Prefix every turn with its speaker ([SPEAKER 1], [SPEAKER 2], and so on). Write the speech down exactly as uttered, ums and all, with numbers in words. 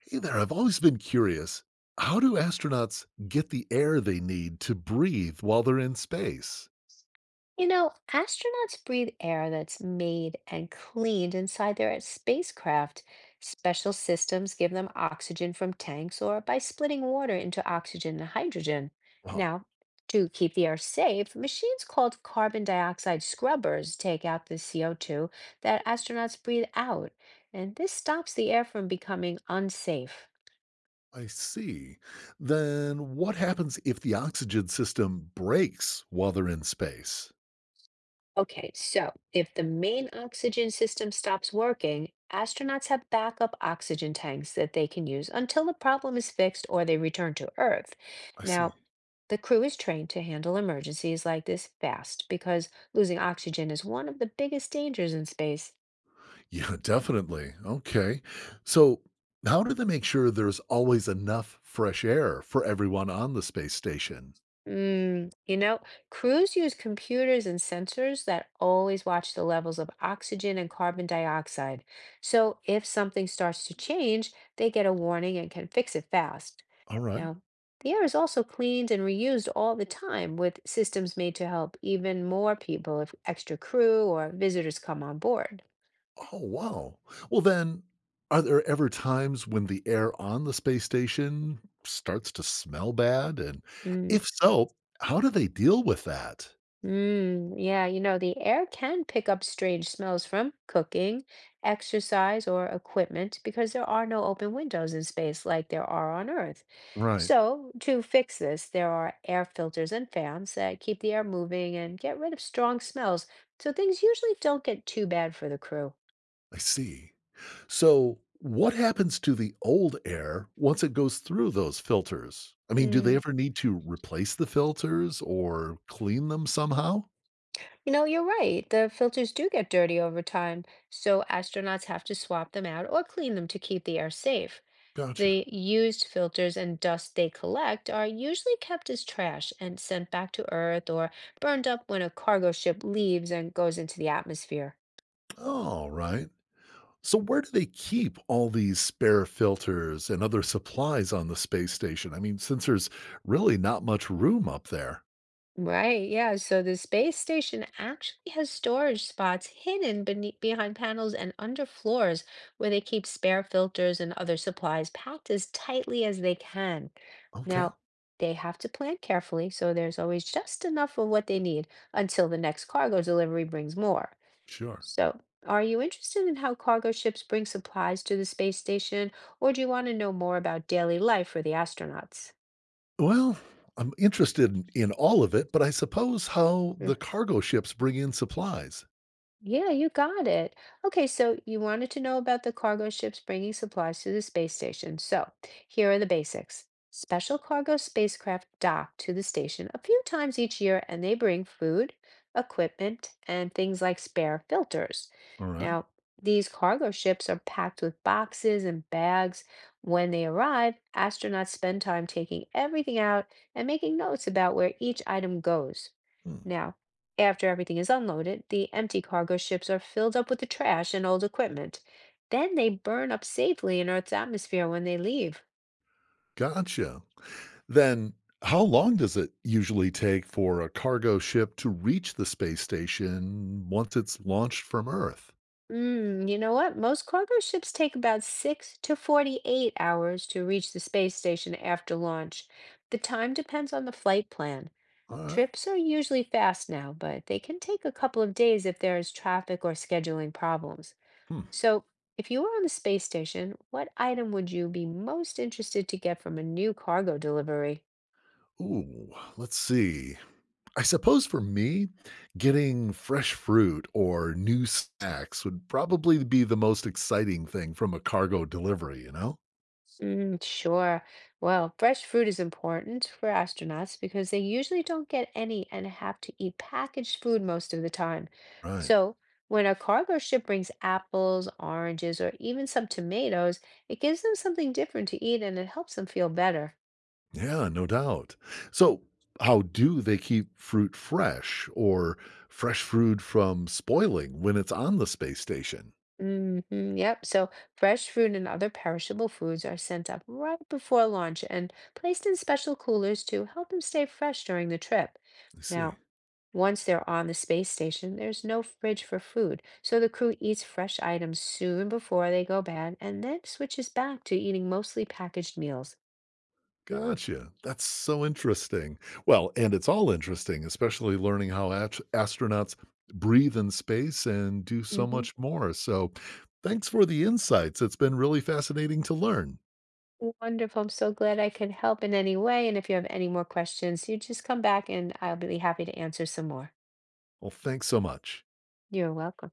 [SPEAKER 1] Hey there, I've always been curious. How do astronauts get the air they need to breathe while they're in space?
[SPEAKER 2] You know, astronauts breathe air that's made and cleaned inside their spacecraft. Special systems give them oxygen from tanks or by splitting water into oxygen and hydrogen.
[SPEAKER 1] Oh,
[SPEAKER 2] Now, to keep the air safe, machines called carbon dioxide scrubbers take out the C O two that astronauts breathe out, and this stops the air from becoming unsafe.
[SPEAKER 1] I see. Then what happens if the oxygen system breaks while they're in space?
[SPEAKER 2] Okay, so if the main oxygen system stops working, astronauts have backup oxygen tanks that they can use until the problem is fixed or they return to Earth.
[SPEAKER 1] I see.
[SPEAKER 2] Now, the crew is trained to handle emergencies like this fast because losing oxygen is one of the biggest dangers in space.
[SPEAKER 1] Yeah, definitely. Okay. So, how do they make sure there's always enough fresh air for everyone on the space station?
[SPEAKER 2] Mm, you know, Crews use computers and sensors that always watch the levels of oxygen and carbon dioxide. So if something starts to change, they get a warning and can fix it fast.
[SPEAKER 1] All right.
[SPEAKER 2] Now, the air is also cleaned and reused all the time with systems made to help even more people if extra crew or visitors come on board.
[SPEAKER 1] Oh, wow. Well, then, are there ever times when the air on the space station starts to smell bad? And
[SPEAKER 2] Mm.
[SPEAKER 1] if so, how do they deal with that?
[SPEAKER 2] Mm, yeah, you know, the air can pick up strange smells from cooking, exercise, or equipment because there are no open windows in space like there are on Earth.
[SPEAKER 1] Right.
[SPEAKER 2] So, to fix this, there are air filters and fans that keep the air moving and get rid of strong smells, so things usually don't get too bad for the crew.
[SPEAKER 1] I see. So, what happens to the old air once it goes through those filters? I mean, do they
[SPEAKER 2] Mm.
[SPEAKER 1] ever need to replace the filters or clean them somehow?
[SPEAKER 2] You know, you're right. The filters do get dirty over time, so astronauts have to swap them out or clean them to keep the air safe.
[SPEAKER 1] Gotcha.
[SPEAKER 2] The used filters and dust they collect are usually kept as trash and sent back to Earth or burned up when a cargo ship leaves and goes into the atmosphere.
[SPEAKER 1] All right. So, where do they keep all these spare filters and other supplies on the space station? I mean, since there's really not much room up there.
[SPEAKER 2] Right, yeah. So the space station actually has storage spots hidden beneath, behind panels and under floors where they keep spare filters and other supplies packed as tightly as they can.
[SPEAKER 1] Okay,
[SPEAKER 2] Now, they have to plan carefully, so there's always just enough of what they need until the next cargo delivery brings more.
[SPEAKER 1] sure.
[SPEAKER 2] So, are you interested in how cargo ships bring supplies to the space station, or do you want to know more about daily life for the astronauts?
[SPEAKER 1] Well, I'm interested in, in all of it, but I suppose how the cargo ships bring in supplies.
[SPEAKER 2] Yeah, you got it. Okay, so you wanted to know about the cargo ships bringing supplies to the space station. So here are the basics. Special cargo spacecraft dock to the station a few times each year, and they bring food, equipment, and things like spare filters.
[SPEAKER 1] All right.
[SPEAKER 2] Now, these cargo ships are packed with boxes and bags. When they arrive, astronauts spend time taking everything out and making notes about where each item goes.
[SPEAKER 1] Hmm.
[SPEAKER 2] Now, after everything is unloaded, the empty cargo ships are filled up with the trash and old equipment. Then they burn up safely in Earth's atmosphere when they leave.
[SPEAKER 1] Gotcha. Then, how long does it usually take for a cargo ship to reach the space station once it's launched from Earth?
[SPEAKER 2] Mm, you know what? Most cargo ships take about six to forty-eight hours to reach the space station after launch. The time depends on the flight plan.
[SPEAKER 1] All right.
[SPEAKER 2] Trips are usually fast now, but they can take a couple of days if there is traffic or scheduling problems.
[SPEAKER 1] Hmm.
[SPEAKER 2] So, if you were on the space station, what item would you be most interested to get from a new cargo delivery?
[SPEAKER 1] Ooh, let's see. I suppose for me, getting fresh fruit or new snacks would probably be the most exciting thing from a cargo delivery, you know?
[SPEAKER 2] Mm, sure. Well, fresh fruit is important for astronauts because they usually don't get any and have to eat packaged food most of the time.
[SPEAKER 1] Right.
[SPEAKER 2] So, when a cargo ship brings apples, oranges, or even some tomatoes, it gives them something different to eat and it helps them feel better.
[SPEAKER 1] Yeah, no doubt. So, how do they keep fruit fresh or fresh fruit from spoiling when it's on the space station?
[SPEAKER 2] hmm yep. So fresh fruit and other perishable foods are sent up right before launch and placed in special coolers to help them stay fresh during the trip.
[SPEAKER 1] I see.
[SPEAKER 2] Now, once they're on the space station, there's no fridge for food, so the crew eats fresh items soon before they go bad and then switches back to eating mostly packaged meals.
[SPEAKER 1] Gotcha. That's so interesting. Well, and it's all interesting, especially learning how ast- astronauts breathe in space and do so
[SPEAKER 2] Hmm.
[SPEAKER 1] much more. So, thanks for the insights. It's been really fascinating to learn.
[SPEAKER 2] Wonderful. I'm so glad I could help in any way. And if you have any more questions, you just come back and I'll be happy to answer some more.
[SPEAKER 1] Well, thanks so much.
[SPEAKER 2] You're welcome.